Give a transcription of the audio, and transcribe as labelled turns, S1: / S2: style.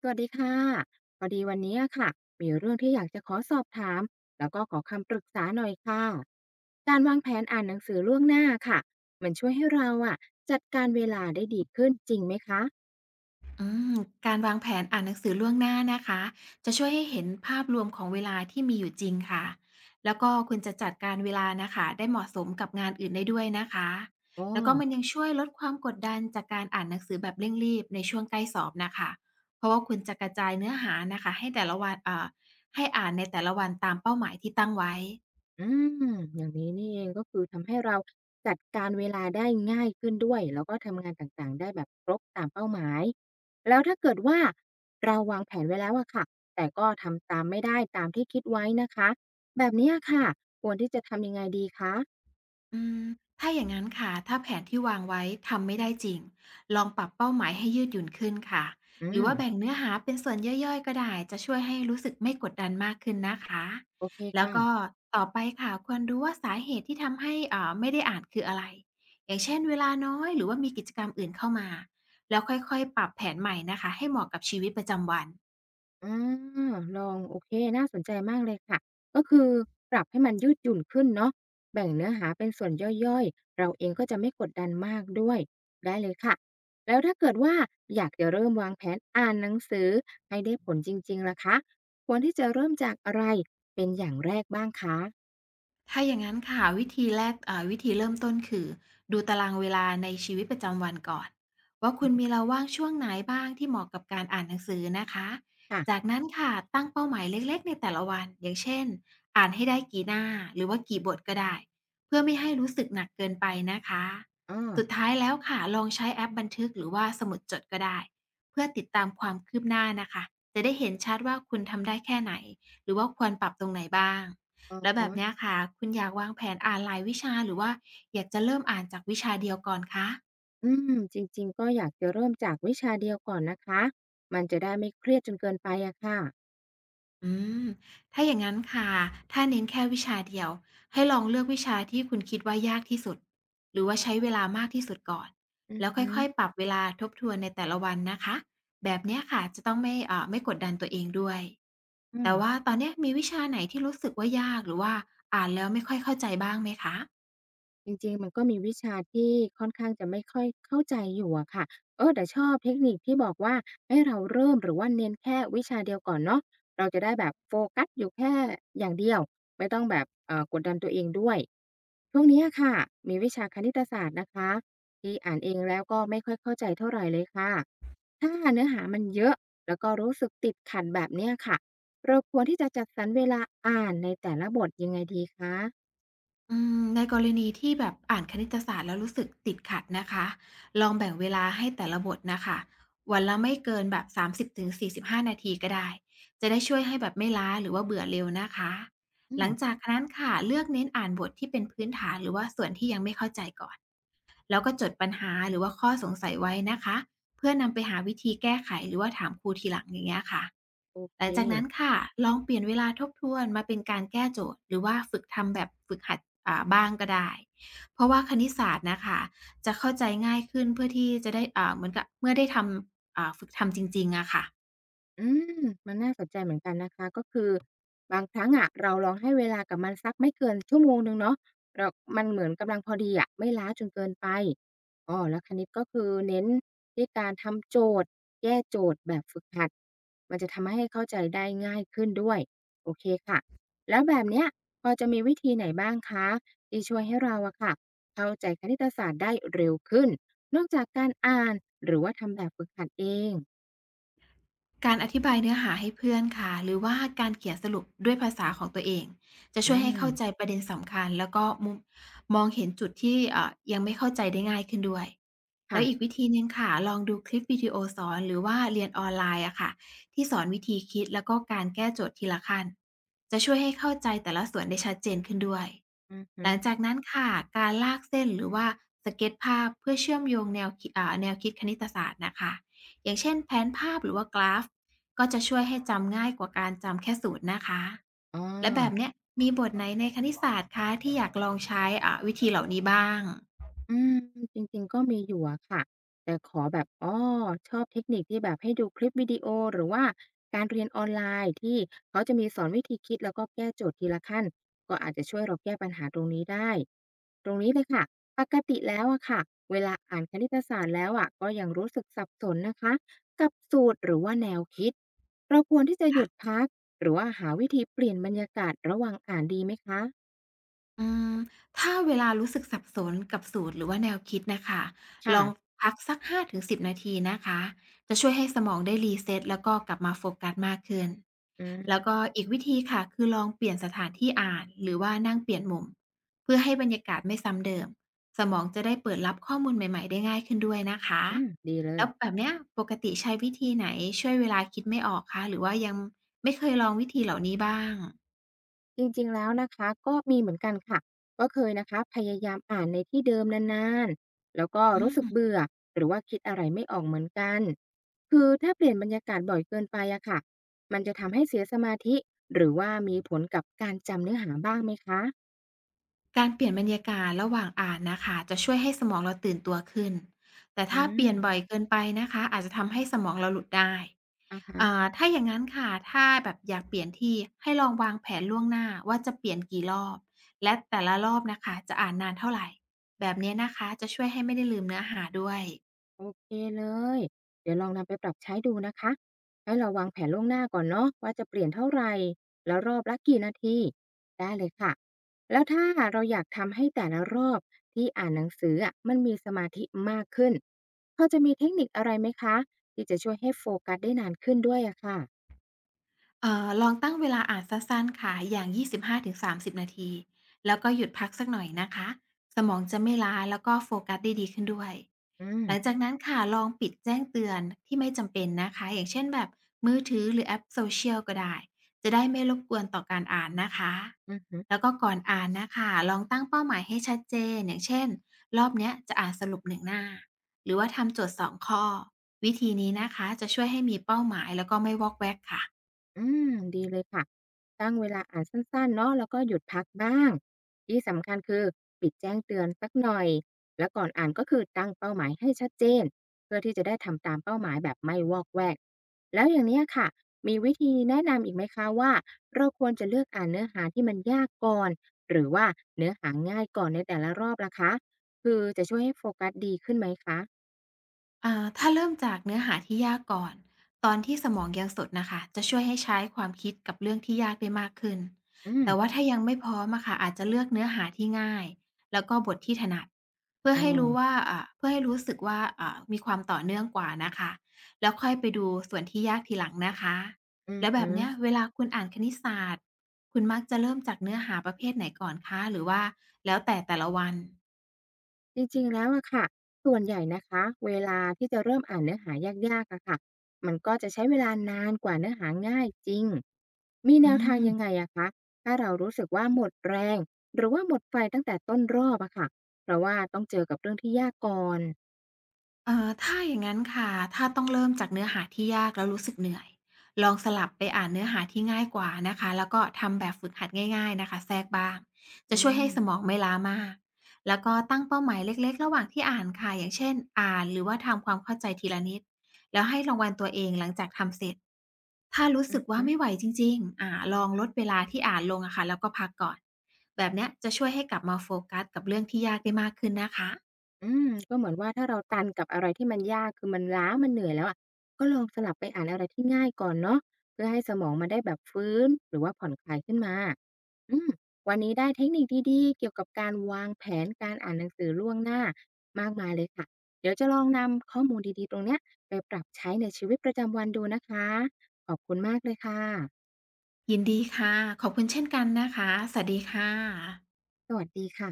S1: สวัสดีค่ะพอดีวันนี้อะค่ะ มีเรื่องที่อยากจะขอสอบถาม แล้วก็ขอคำปรึกษาหน่อยค่ะ การวางแผนอ่านหนังสือล่วงหน้าค่ะ มันช่วยให้เราอะจัดการเวลาได้ดีขึ้นจริงไหมคะ
S2: อืมการวางแผนอ่านหนังสือล่วงหน้านะคะจะช่วยให้เห็นภาพรวมของเวลาที่มีอยู่จริงค่ะแล้วก็คุณจะจัดการเวลานะคะได้เหมาะสมกับงานอื่นได้ด้วยนะคะ
S1: อ
S2: แล้วก็มันยั
S1: อ
S2: งช่วยลดความกดดันจากการอ่านหนังสือแบบเร่งรีบในช่วงใกล้สอบนะคะเพราะว่าคุณจะกระจายเนื้อหานะคะให้แต่ละวันให้อ่านในแต่ละวันตามเป้าหมายที่ตั้งไว้
S1: อมอย่างนี้นี่เองก็คือทำให้เราจัดการเวลาได้ง่ายขึ้นด้วยแล้วก็ทำงานต่างๆได้แบบครบตามเป้าหมายแล้วถ้าเกิดว่าเราวางแผนไว้แล้วอะค่ะแต่ก็ทำตามไม่ได้ตามที่คิดไว้นะคะแบบเนี้ยค่ะควรที่จะทำยังไงดีคะ
S2: อืมถ้าอย่างนั้นค่ะถ้าแผนที่วางไว้ทำไม่ได้จริงลองปรับเป้าหมายให้ยืดหยุ่นขึ้นค่ะ
S1: อื
S2: หรือ
S1: ม
S2: ว่าแบ่งเนื้อหาเป็นส่วนย่อยๆก็ได้จะช่วยให้รู้สึกไม่กดดันมากขึ้นนะคะ
S1: โอเค
S2: แล้วก็
S1: ค่ะ
S2: ต่อไปค่ะควรรู้ว่าสาเหตุที่ทำให้ไม่ได้อ่านคืออะไรอย่างเช่นเวลาน้อยหรือว่ามีกิจกรรมอื่นเข้ามาแล้วค่อยๆปรับแผนใหม่นะคะให้เหมาะกับชีวิตประจำวัน
S1: อาลองโอเคน่าสนใจมากเลยค่ะก็คือปรับให้มันยืดหยุ่นขึ้นเนาะแบ่งเนื้อหาเป็นส่วนย่อยๆเราเองก็จะไม่กดดันมากด้วยได้เลยค่ะ แล้วถ้าเกิดว่าอยากจะเริ่มวางแผนอ่านหนังสือให้ได้ผลจริงๆล่ะคะควรที่จะเริ่มจากอะไรเป็นอย่างแรกบ้างคะ
S2: ถ้าอย่างนั้นค่ะวิธีแรกวิธีเริ่มต้นคือดูตารางเวลาในชีวิตประจำวันก่อนว่าคุ
S1: อื
S2: ณ
S1: อฮึ
S2: มีเวลาว่างช่วงไหนบ้างที่เหมาะกับการอ่านหนังสือนะคะ
S1: ค่ะ
S2: จากนั้นค่ะตั้งเป้าหมายเล็กๆในแต่ละวันอย่างเช่นอ่านให้ได้กี่หน้าหรือว่ากี่บทก็ได้เพื่อไม่ให้รู้สึกหนักเกินไปนะคะ
S1: อ้อ
S2: สุดท้ายแล้วค่ะลองใช้แอปบันทึกหรือว่าสมุดจดก็ได้เพื่อติดตามความคืบหน้านะคะจะได้เห็นชัดว่าคุณทำได้แค่ไหนหรือว่าควรปรับตรงไหนบ้าง
S1: อะ
S2: แล้วแบ
S1: ฮะ
S2: บเนี้ยค่ะคุณอยากวางแผนอ่านหลายวิชาหรือว่าอยากจะเริ่มอ่านจากวิชาเดียวก่อนคะ
S1: อืมจริงๆก็อยากจะเริ่มจากวิชาเดียวก่อนนะคะมันจะได้ไม่เครียดจนเกินไปอะค่ะ
S2: อืมถ้าอย่างงั้นค่ะถ้าเน้นแค่วิชาเดียวให้ลองเลือกวิชาที่คุณคิดว่ายากที่สุดหรือว่าใช้เวลามากที่สุดก่อน
S1: อือ
S2: แล้วค่
S1: ฮึ
S2: อยๆปรับเวลาทบทวนในแต่ละวันนะคะแบบเนี้ยค่ะจะต้องไม่ไม่กดดันตัวเองด้วย
S1: อือ
S2: แต่ว่าตอนเนี้ยมีวิชาไหนที่รู้สึกว่ายากหรือว่าอ่านแล้วไม่ค่อยเข้าใจบ้างไหมคะ
S1: จริงๆมันก็มีวิชาที่ค่อนข้างจะไม่ค่อยเข้าใจอยู่อะค่ะเออแต่ชอบเทคนิคที่บอกว่าให้เราเริ่มหรือว่าเน้นแค่วิชาเดียวก่อนเนาะเราจะได้แบบโฟกัสอยู่แค่อย่างเดียวไม่ต้องแบบกดดันตัวเองด้วยช่วงนี้อะค่ะมีวิชาคณิตศาสตร์นะคะที่อ่านเองแล้วก็ไม่ค่อยเข้าใจเท่าไรเลยค่ะถ้าเนื้อหามันเยอะแล้วก็รู้สึกติดขัดแบบเนี้ยค่ะเราควรที่จะจัดสรรเวลาอ่านในแต่ละบทยังไงดีคะ
S2: ในกรณีที่แบบอ่านคณิตศาสตร์แล้วรู้สึกติดขัดนะคะลองแบ่งเวลาให้แต่ละบทนะคะวันละไม่เกินแบบ30-45นาทีก็ได้จะได้ช่วยให้แบบไม่ล้าหรือว่าเบื่อเร็วนะคะ
S1: อื
S2: หลั
S1: ม
S2: งจากนั้นค่ะเลือกเน้นอ่านบทที่เป็นพื้นฐานหรือว่าส่วนที่ยังไม่เข้าใจก่อนแล้วก็จดปัญหาหรือว่าข้อสงสัยไว้นะคะเพื่อนำไปหาวิธีแก้ไขหรือว่าถามครูทีหลังอย่างเงี้ยค่ะ
S1: โอ
S2: ห
S1: เค
S2: ลังจากนั้นค่ะลองเปลี่ยนเวลาทบทวนมาเป็นการแก้โจทย์หรือว่าฝึกทำแบบฝึกหัดบ้างก็ได้เพราะว่าคณิตศาสตร์นะคะจะเข้าใจง่ายขึ้นเพื่อที่จะได้เหมือนกับเมื่อได้ทำฝึกทำจริงๆอะค่ะ
S1: อืมมันน่าสนใจเหมือนกันนะคะก็คือบางครั้งอะเราลองให้เวลากับมันสักไม่เกินชั่วโมงหนึ่งเนาะเรามันเหมือนกำลังพอดีอะไม่ล้าจนเกินไปอ้อแล้วคราวนี้ก็คือเน้นที่การทำโจทย์แก้โจทย์แบบฝึกหัดมันจะทำให้เข้าใจได้ง่ายขึ้นด้วยโอเคค่ะแล้วแบบเนี้ยพอจะมีวิธีไหนบ้างคะที่ช่วยให้เราอะค่ะเข้าใจคณิตศาสตร์ได้เร็วขึ้นนอกจากการอ่านหรือว่าทำแบบฝึกหัดเอง
S2: การอธิบายเนื้อหาให้เพื่อนค่ะหรือว่าการเขียนสรุปด้วยภาษาของตัวเองจะ
S1: อื
S2: ช่วยให้
S1: ม
S2: เข้าใจประเด็นสำคัญแล้วก็มุมมองเห็นจุดที่ยังไม่เข้าใจได้ง่ายขึ้นด้วยแล้
S1: ค่ะ
S2: วอีกวิธีหนึ่งค่ะลองดูคลิปวิดีโอสอนหรือว่าเรียนออนไลน์อะค่ะที่สอนวิธีคิดแล้วก็การแก้โจทย์ทีละขั้นจะช่วยให้เข้าใจแต่ละส่วนได้ชัดเจนขึ้นด้วย
S1: อือ
S2: ห
S1: ฮึ
S2: ลังจากนั้นค่ะการลากเส้นหรือว่าสเก็ตภาพเพื่อเชื่อมโยงแนวคิดแนวคิดคณิตศาสตร์นะคะ อย่างเช่นแผนภาพหรือว่ากราฟก็จะช่วยให้จำง่ายกว่าการจำแค่สูตรนะคะ
S1: อ๋อ
S2: และแบบเนี้ยมีบทไหนในคณิตศาสตร์คะที่อยากลองใช้อ่ะวิธีเหล่านี้บ้าง
S1: อืมจริงๆ ก็มีอยู่อะค่ะ แต่ขอแบบอ้อชอบเทคนิคที่แบบให้ดูคลิปวิดีโอหรือว่าการเรียนออนไลน์ที่เขาจะมีสอนวิธีคิดแล้วก็แก้โจทย์ทีละขั้นก็อาจจะช่วยเราแก้ปัญหาตรงนี้ได้ตรงนี้เลยค่ะปกติแล้วอะค่ะเวลาอ่านคณิตศาสตร์แล้วอะก็ยังรู้สึกสับสนนะคะกับสูตรหรือว่าแนวคิดเราควรที่จะหยุดพักหรือว่าหาวิธีเปลี่ยนบรรยากาศระหว่างอ่านดีไหมคะ
S2: อืมถ้าเวลารู้สึกสับสนกับสูตรหรือว่าแนวคิดนะคะล
S1: ค่ะ
S2: องพักสัก5-10นาทีนะคะจะช่วยให้สมองได้รีเซตแล้วก็กลับมาโฟกัสมากขึ้น
S1: อืม
S2: แล้วก็อีกวิธีค่ะคือลองเปลี่ยนสถานที่อ่านหรือว่านั่งเปลี่ยนมุมเพื่อให้บรรยากาศไม่ซ้ำเดิมสมองจะได้เปิดรับข้อมูลใหม่ๆได้ง่ายขึ้นด้วยนะคะ
S1: อืมดีเล
S2: แล้
S1: ย
S2: วแบบเนี้ยปกติใช้วิธีไหนช่วยเวลาคิดไม่ออกคะหรือว่ายังไม่เคยลองวิธีเหล่านี้บ้าง
S1: จริงๆแล้วนะคะก็มีเหมือนกันค่ะก็เคยนะคะพยายามอ่านในที่เดิมนานๆแล้วก็
S2: อื
S1: รู้สึก
S2: ม
S1: เบื่อหรือว่าคิดอะไรไม่ออกเหมือนกันคือถ้าเปลี่ยนบรรยากาศบ่อยเกินไปอะค่ะมันจะทำให้เสียสมาธิหรือว่ามีผลกับการจำเนื้อหาบ้างไหมคะ
S2: การเปลี่ยนบรรยากาศระหว่างอ่านนะคะจะช่วยให้สมองเราตื่นตัวขึ้น แต่
S1: อื
S2: ถ้าเปลี่ยนบ่อย
S1: ม
S2: เกินไปนะคะอาจจะทำให้สมองเราหลุดได้
S1: อะฮะ
S2: ถ้าอย่างงั้นค่ะถ้าแบบอยากเปลี่ยนที่ให้ลองวางแผนล่วงหน้าว่าจะเปลี่ยนกี่รอบและแต่ละรอบน่ะคะจะอ่านนานเท่าไหร่ แบบเนี้ยนะคะจะช่วยให้ไม่ได้ลืมเนื้อหาด้วย
S1: โอเคเลย เดี๋ยวลองนำไปปรับใช้ดูนะคะ ให้เราวางแผนล่วงหน้าก่อนเนาะว่าจะเปลี่ยนเท่าไหร่แล้วรอบละกี่นาที ได้เลยค่ะ แล้วถ้าเราอยากทำให้แต่ละรอบที่อ่านหนังสืออะมันมีสมาธิมากขึ้นพอจะมีเทคนิคอะไรไหมคะที่จะช่วยให้โฟกัสได้นานขึ้นด้วยอะค่ะ
S2: ลองตั้งเวลาอ่านสั้นๆค่ะอย่าง25-30นาทีแล้วก็หยุดพักสักหน่อยนะคะสมองจะไม่ล้าแล้วก็โฟกัสได้ดีขึ้นด้วย
S1: อืม
S2: หลังจากนั้นค่ะลองปิดแจ้งเตือนที่ไม่จำเป็นนะคะอย่างเช่นแบบมือถือหรือแอปโซเชียลก็ได้จะได้ไม่รบกวนต่อการอ่านนะคะ
S1: อือ
S2: แล้วก็ก่อนอ่านนะคะลองตั้งเป้าหมายให้ชัดเจนอย่างเช่นรอบเนี้ยจะอ่านสรุป1 หน้าหรือว่าทำโจทย์2 ข้อวิธีนี้นะคะจะช่วยให้มีเป้าหมายแล้วก็ไม่วอกแวกค่ะ
S1: อืมดีเลยค่ะตั้งเวลาอ่านสั้นๆเนาะแล้วก็หยุดพักบ้างที่สำคัญคือปิดแจ้งเตือนสักหน่อยแล้วก่อนอ่านก็คือตั้งเป้าหมายให้ชัดเจนเพื่อที่จะได้ทำตามเป้าหมายแบบไม่วอกแวกแล้วอย่างเนี้ยค่ะมีวิธีแนะนำอีกไหมคะว่าเราควรจะเลือกอ่านเนื้อหาที่มันยากก่อนหรือว่าเนื้อหาง่ายก่อนในแต่ละรอบล่ะคะคือจะช่วยให้โฟกัสดีขึ้นไหมคะ
S2: ถ้าเริ่มจากเนื้อหาที่ยากก่อนตอนที่สมองยังสดนะคะจะช่วยให้ใช้ความคิดกับเรื่องที่ยากได้มากขึ้น
S1: อืม
S2: แต่ว่าถ้ายังไม่พร้อมอะค่ะอาจจะเลือกเนื้อหาที่ง่ายแล้วก็บทที่ถนัด
S1: อ๋อ
S2: เพื่อให้รู้สึกว่ามีความต่อเนื่องกว่านะคะแล้วค่อยไปดูส่วนที่ยากทีหลังนะคะ
S1: อือ
S2: แล้วแบ
S1: หื
S2: บ
S1: อ
S2: เนี้ยเวลาคุณอ่านคณิตศาสตร์คุณมักจะเริ่มจากเนื้อหาประเภทไหนก่อนคะหรือว่าแล้วแต่แต่ละวัน
S1: จริงๆ แล้วอะค่ะ ส่วนใหญ่นะคะ เวลาที่จะเริ่มอ่านเนื้อหายากๆอะค่ะ มันก็จะใช้เวลานานกว่าเนื้อหาง่ายจริง มี
S2: อื
S1: แนวทางยังไง
S2: ม
S1: อะคะถ้าเรารู้สึกว่าหมดแรง หรือว่าหมดไฟตั้งแต่ต้นรอบอะค่ะ เพราะว่าต้องเจอกับเรื่องที่ยากก่อน
S2: ถ้าอย่างงั้นค่ะ ถ้าต้องเริ่มจากเนื้อหาที่ยากแล้วรู้สึกเหนื่อย ลองสลับไปอ่านเนื้อหาที่ง่ายกว่านะคะแล้วก็ทำแบบฝึกหัดง่ายๆนะคะแทรกบ้างจะ
S1: อื
S2: ช่วย
S1: ม
S2: ให้สมองไม่ล้ามาก แล้วก็ตั้งเป้าหมายเล็กๆระหว่างที่อ่านค่ะอย่างเช่นอ่านหรือว่าทำความเข้าใจทีละนิดแล้วให้รางวัลตัวเองหลังจากทำเสร็จถ้ารู้
S1: อ
S2: สึกว่า
S1: ือ
S2: ไม่ไหวจริงๆลองลดเวลาที่อ่านลงอะค่ะแล้วก็พักก่อนแบบเนี้ยจะช่วยให้กลับมาโฟกัสกับเรื่องที่ยากได้มากขึ้นนะคะ
S1: อืมก็เหมือนว่าถ้าเราตันกับอะไรที่มันยากคือมันล้ามันเหนื่อยแล้วอะก็ลองสลับไปอ่านอะไรที่ง่ายก่อนเนาะเพื่อให้สมองมันได้แบบฟื้นหรือว่าผ่อนคลายขึ้นมาอืมวันนี้ได้เทคนิคดีๆเกี่ยวกับการวางแผนการอ่านหนังสือล่วงหน้ามากมายเลยค่ะเดี๋ยวจะลองนำข้อมูลดีๆตรงเนี้ยไปปรับใช้ในชีวิตประจำวันดูนะคะขอบคุณมากเลยค่ะ
S2: ยินดีค่ะ ขอบคุณเช่นกันนะคะ สวัสดีค่ะ
S1: สวัสดีค่ะ